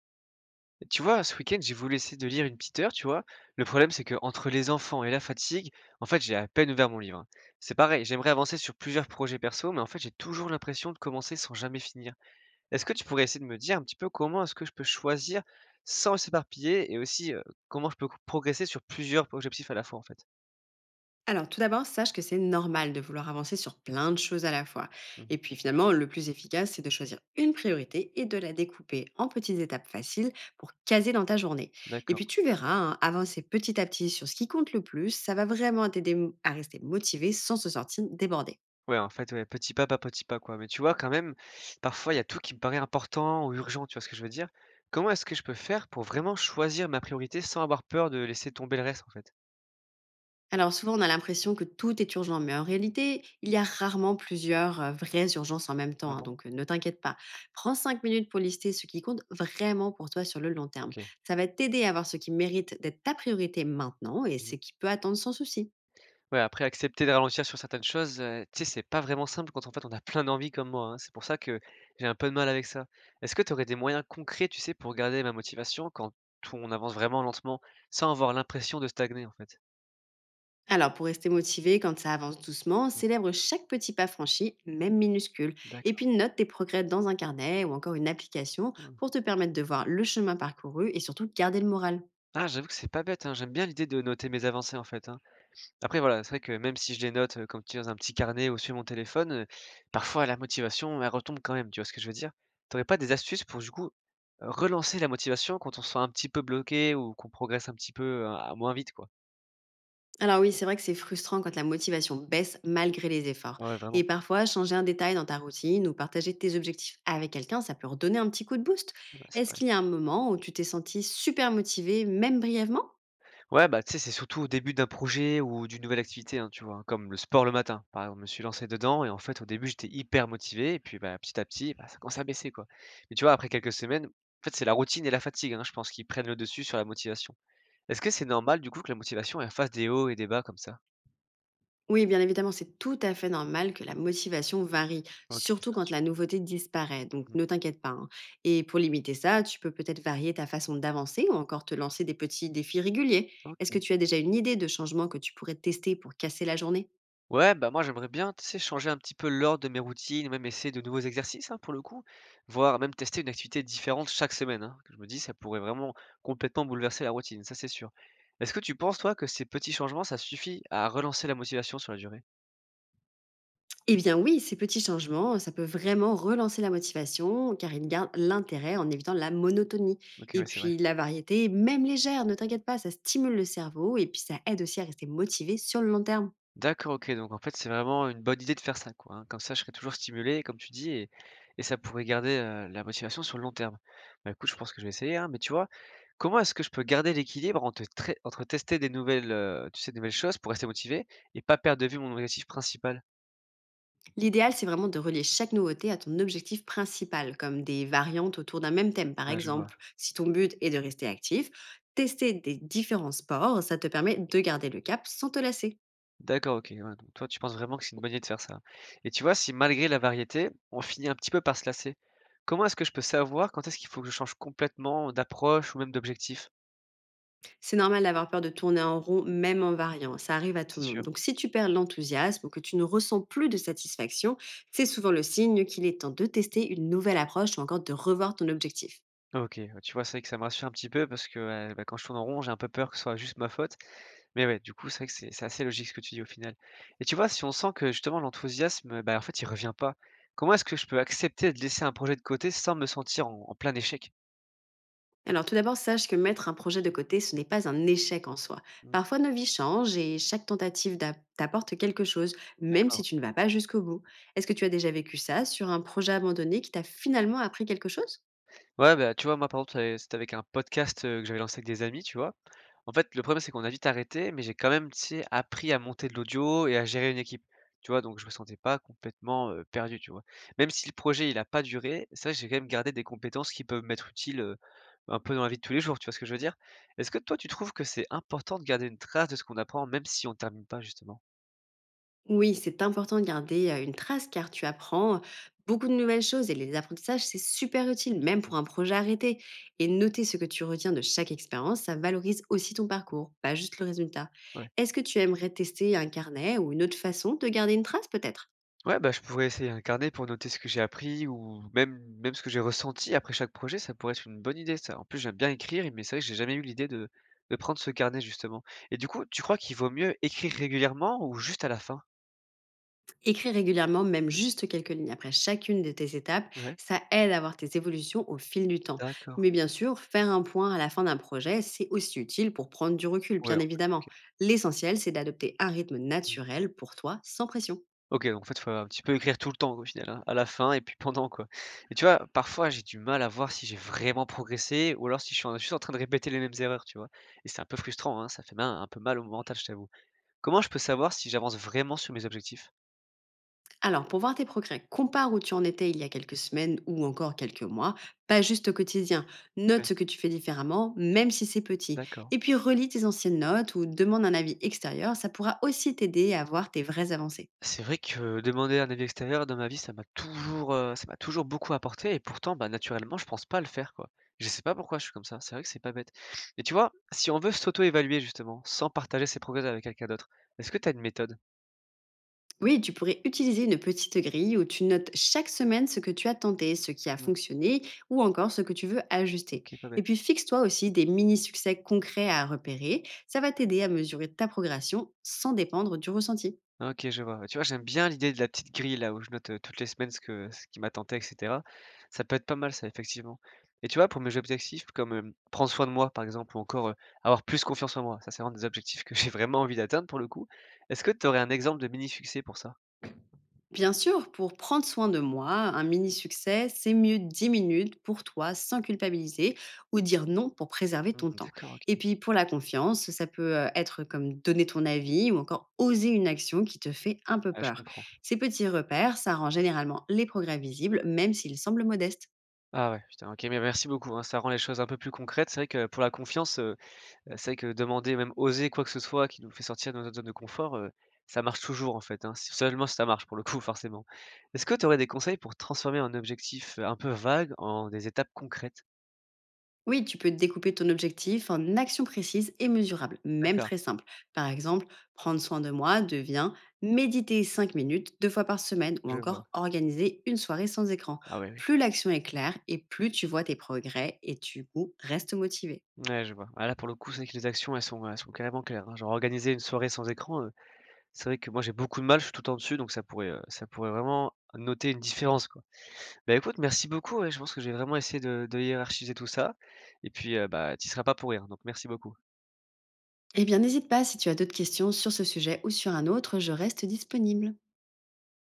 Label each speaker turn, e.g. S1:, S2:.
S1: Tu vois, ce week-end, j'ai voulu essayer de lire une petite heure, tu vois. Le problème, c'est que entre les enfants et la fatigue, en fait, j'ai à peine ouvert mon livre, hein. C'est pareil, j'aimerais avancer sur plusieurs projets perso, mais en fait, j'ai toujours l'impression de commencer sans jamais finir. Est-ce que tu pourrais essayer de me dire un petit peu comment est-ce que je peux choisir sans s'éparpiller et aussi comment je peux progresser sur plusieurs objectifs à la fois, en fait?
S2: Alors, tout d'abord, sache que c'est normal de vouloir avancer sur plein de choses à la fois. Et
S1: Mhm.
S2: puis finalement, le plus efficace, c'est de choisir une priorité et de la découper en petites étapes faciles pour caser dans ta journée. Et puis
S1: D'accord.
S2: tu verras, hein, avancer petit à petit sur ce qui compte le plus, ça va vraiment t'aider à rester motivé sans se sentir débordé.
S1: Ouais, en fait, ouais, petit pas, pas petit pas, quoi. Mais tu vois, quand même, parfois, il y a tout qui me paraît important ou urgent, tu vois ce que je veux dire? Comment est-ce que je peux faire pour vraiment choisir ma priorité sans avoir peur de laisser tomber le reste, en fait?
S2: Alors souvent, on a l'impression que tout est urgent, mais en réalité, il y a rarement plusieurs vraies urgences en même temps,
S1: Ah
S2: hein,
S1: bon?
S2: donc ne t'inquiète pas. Prends 5 minutes pour lister ce qui compte vraiment pour toi sur le long terme.
S1: OK.
S2: Ça va t'aider à voir ce qui mérite d'être ta priorité maintenant et
S1: Mmh.
S2: ce qui peut attendre sans souci.
S1: Ouais, après, accepter de ralentir sur certaines choses, tu sais, c'est pas vraiment simple quand, en fait, on a plein d'envies comme moi, hein. C'est pour ça que j'ai un peu de mal avec ça. Est-ce que tu aurais des moyens concrets, tu sais, pour garder ma motivation quand tout on avance vraiment lentement, sans avoir l'impression de stagner, en fait?
S2: Alors pour rester motivé quand ça avance doucement,
S1: Mmh.
S2: célèbre chaque petit pas franchi, même minuscule, et
S1: D'accord.
S2: puis note tes progrès dans un carnet ou encore une application
S1: Mmh.
S2: pour te permettre de voir le chemin parcouru et surtout garder le moral.
S1: Ah, j'avoue que c'est pas bête, hein. J'aime bien l'idée de noter mes avancées, en fait, hein. Après voilà, c'est vrai que même si je les note, comme tu dis, dans un petit carnet ou sur mon téléphone, parfois la motivation, elle retombe quand même, tu vois ce que je veux dire? T'aurais pas des astuces pour du coup, relancer la motivation quand on se sent un petit peu bloqué ou qu'on progresse un petit peu, à moins vite quoi?
S2: Alors oui, c'est vrai que c'est frustrant quand la motivation baisse malgré les efforts.
S1: Ouais
S2: Et
S1: vraiment,
S2: parfois, changer un détail dans ta routine ou partager tes objectifs avec quelqu'un, ça peut redonner un petit coup de boost.
S1: ouais c'est
S2: Est-ce
S1: vrai.
S2: qu'il y a un moment où tu t'es senti super motivée, même brièvement?
S1: Ouais bah tu sais, c'est surtout au début d'un projet ou d'une nouvelle activité, hein, tu vois? Hein, comme le sport le matin, par exemple, je me suis lancé dedans et en fait au début j'étais hyper motivé et puis bah, petit à petit, bah, ça commence à baisser quoi. Mais tu vois après quelques semaines, en fait c'est la routine et la fatigue, hein, je pense qui prennent le dessus sur la motivation. Est-ce que c'est normal du coup que la motivation elle fasse des hauts et des bas comme ça?
S2: Oui, bien évidemment, c'est tout à fait normal que la motivation varie,
S1: OK, ça
S2: surtout quand la
S1: rassure.
S2: nouveauté disparaît, donc
S1: Mmh.
S2: ne t'inquiète pas, hein. Et pour limiter ça, tu peux peut-être varier ta façon d'avancer ou encore te lancer des petits défis réguliers. Est-ce que
S1: OK.
S2: tu as déjà une idée de changement que tu pourrais tester pour casser la journée?
S1: Ouais, bah, moi j'aimerais bien, tu sais, changer un petit peu l'ordre de mes routines, même essayer de nouveaux exercices, hein, pour le coup, voire même tester une activité différente chaque semaine, hein, que je me dis ça pourrait vraiment complètement bouleverser la routine, ça c'est sûr. Est-ce que tu penses toi que ces petits changements, ça suffit à relancer la motivation sur la durée?
S2: Eh bien oui, ces petits changements, ça peut vraiment relancer la motivation car ils gardent l'intérêt en évitant la monotonie.
S1: OK,
S2: Et
S1: ouais, c'est vrai.
S2: puis la variété, même légère, ne t'inquiète pas, ça stimule le cerveau et puis ça aide aussi à rester motivé sur le long terme.
S1: D'accord, OK, donc en fait, c'est vraiment une bonne idée de faire ça, quoi, hein. Comme ça, je serai toujours stimulé, comme tu dis et ça pourrait garder, la motivation sur le long terme. Bah, écoute, je pense que je vais essayer, hein, mais tu vois, comment est-ce que je peux garder l'équilibre entre tré entre tester des nouvelles, tu sais, des nouvelles choses pour rester motivé et pas perdre de vue mon objectif principal?
S2: L'idéal, c'est vraiment de relier chaque nouveauté à ton objectif principal, comme des variantes autour d'un même thème par
S1: Ouais, je vois.
S2: exemple. Si ton but est de rester actif, tester des différents sports, ça te permet de garder le cap sans te lasser.
S1: D'accord, OK, ouais, donc toi, tu penses vraiment que c'est une bonne idée de faire ça et tu vois, si malgré la variété, on finit un petit peu par se lasser, comment est-ce que je peux savoir quand est-ce qu'il faut que je change complètement d'approche ou même d'objectif?
S2: C'est normal d'avoir peur de tourner en rond, même en variant. Ça arrive à tout
S1: C'est
S2: le monde.
S1: sûr.
S2: Donc, si tu perds l'enthousiasme ou que tu ne ressens plus de satisfaction, c'est souvent le signe qu'il est temps de tester une nouvelle approche ou encore de revoir ton objectif.
S1: OK, ouais, tu vois, c'est vrai que ça me rassure un petit peu parce que, bah, quand je tourne en rond, j'ai un peu peur que ce soit juste ma faute. Mais ouais, du coup, c'est vrai que c'est assez logique ce que tu dis au final. Et tu vois, si on sent que justement l'enthousiasme, bah, en fait, il revient pas, comment est-ce que je peux accepter de laisser un projet de côté sans me sentir en plein échec?
S2: Alors, tout d'abord, sache que mettre un projet de côté, ce n'est pas un échec en soi.
S1: Mmh,
S2: Parfois, nos vies changent et chaque tentative d'a- t'apporte quelque chose, même si
S1: d'accord.
S2: tu ne vas pas jusqu'au bout. Est-ce que tu as déjà vécu ça sur un projet abandonné qui t'a finalement appris quelque chose?
S1: Ouais, bah, tu vois, moi, par exemple, c'était avec un podcast, que j'avais lancé avec des amis, tu vois? En fait, le problème, c'est qu'on a vite arrêté, mais j'ai quand même, tu sais, appris à monter de l'audio et à gérer une équipe, tu vois? Donc je me sentais pas complètement, perdu, tu vois? Même si le projet, il a pas duré, c'est vrai que j'ai quand même gardé des compétences qui peuvent m'être utiles, un peu dans la vie de tous les jours, tu vois ce que je veux dire? Est-ce que toi, tu trouves que c'est important de garder une trace de ce qu'on apprend, même si on termine pas, justement?
S2: Oui, c'est important de garder une trace car tu apprends beaucoup de nouvelles choses et les apprentissages, c'est super utile, même
S1: Mmh,
S2: pour un projet arrêté. Et noter ce que tu retiens de chaque expérience, ça valorise aussi ton parcours, pas juste le résultat.
S1: ouais.
S2: Est-ce que tu aimerais tester un carnet ou une autre façon de garder une trace peut-être?
S1: Ouais, bah, je pourrais essayer un carnet pour noter ce que j'ai appris ou même ce que j'ai ressenti après chaque projet, ça pourrait être une bonne idée ça. En plus, j'aime bien écrire, mais c'est vrai que j'ai jamais eu l'idée de prendre ce carnet justement. Et du coup, tu crois qu'il vaut mieux écrire régulièrement ou juste à la fin?
S2: Écris régulièrement, même juste quelques lignes après chacune de tes étapes,
S1: Ouais,
S2: ça aide à voir tes évolutions au fil du temps.
S1: d'accord.
S2: Mais bien sûr, faire un point à la fin d'un projet, c'est aussi utile pour prendre du recul,
S1: Ouais,
S2: bien
S1: en fait,
S2: évidemment.
S1: OK.
S2: L'essentiel, c'est d'adopter un rythme
S1: Mmh.
S2: naturel pour toi, sans pression.
S1: OK, donc en fait, faut un petit peu écrire tout le temps quoi, au final, hein, à la fin et puis pendant quoi. Et tu vois, parfois, j'ai du mal à voir si j'ai vraiment progressé ou alors si je suis en juste en train de répéter les mêmes erreurs, tu vois? Et c'est un peu frustrant, hein, ça fait ma un peu mal au mental, je t'avoue. Comment je peux savoir si j'avance vraiment sur mes objectifs?
S2: Alors, pour voir tes progrès, compare où tu en étais il y a quelques semaines ou encore quelques mois, pas juste au quotidien. Note
S1: Ouais,
S2: ce que tu fais différemment, même si c'est petit.
S1: d'accord.
S2: Et puis, relis tes anciennes notes ou demande un avis extérieur, ça pourra aussi t'aider à voir tes vraies avancées.
S1: C'est vrai que demander un avis extérieur dans ma vie, ça m'a toujours beaucoup apporté et pourtant, bah, naturellement, je pense pas à le faire, quoi. Je sais pas pourquoi je suis comme ça, c'est vrai que c'est pas bête. Et tu vois, si on veut s'auto-évaluer justement, sans partager ses progrès avec quelqu'un d'autre, est-ce que tu as une méthode?
S2: Oui, tu pourrais utiliser une petite grille où tu notes chaque semaine ce que tu as tenté, ce qui a
S1: Mmh,
S2: fonctionné ou encore ce que tu veux ajuster.
S1: OK, pas
S2: Et
S1: bête.
S2: puis fixe-toi aussi des mini-succès concrets à repérer. Ça va t'aider à mesurer ta progression sans dépendre du ressenti.
S1: OK, je vois. Tu vois, j'aime bien l'idée de la petite grille là où je note, toutes les semaines ce qui m'attendait et cetera. Ça peut être pas mal ça, effectivement. Et tu vois, pour mes objectifs comme, prendre soin de moi par exemple ou encore, avoir plus confiance en moi, ça c'est vraiment des objectifs que j'ai vraiment envie d'atteindre pour le coup. Est-ce que tu aurais un exemple de mini succès pour ça?
S2: Bien sûr, pour prendre soin de moi, un mini succès, c'est mieux 10 minutes pour toi sans culpabiliser ou dire non pour préserver ton
S1: Mmh,
S2: temps.
S1: d'accord,
S2: Et
S1: OK.
S2: puis pour la confiance, ça peut être comme donner ton avis ou encore oser une action qui te fait un peu
S1: Ah, je
S2: peur.
S1: comprends.
S2: Ces petits repères, ça rend généralement les progrès visibles, même s'ils semblent modestes.
S1: Ah ouais, putain, OK, mais merci beaucoup, hein, ça rend les choses un peu plus concrètes. C'est vrai que pour la confiance, c'est vrai que demander, même oser quoi que ce soit qui nous fait sortir de notre zone de confort, ça marche toujours en fait, hein, si seulement si ça marche pour le coup forcément. Est-ce que tu aurais des conseils pour transformer un objectif, un peu vague en des étapes concrètes?
S2: Oui, tu peux découper ton objectif en actions précises et mesurables, même
S1: D'accord,
S2: très simples. Par exemple, prendre soin de moi devient méditer 5 minutes deux fois par semaine ou
S1: je vois.
S2: encore organiser une soirée sans écran.
S1: Ah ouais, ouais.
S2: Plus l'action est claire et plus tu vois tes progrès et tu coup, restes motivé.
S1: Ouais, je vois. Ah là pour le coup, c'est vrai que les actions elles sont carrément claires, hein. Genre organiser une soirée sans écran, c'est vrai que moi j'ai beaucoup de mal, je suis tout le temps dessus donc ça pourrait vraiment noter une différence quoi. Bah écoute merci beaucoup, ouais, je pense que je vais vraiment essayer de hiérarchiser tout ça et puis, bah, tu y seras pas pour rien donc merci beaucoup.
S2: Eh bien, n'hésite pas si tu as d'autres questions sur ce sujet ou sur un autre, je reste disponible.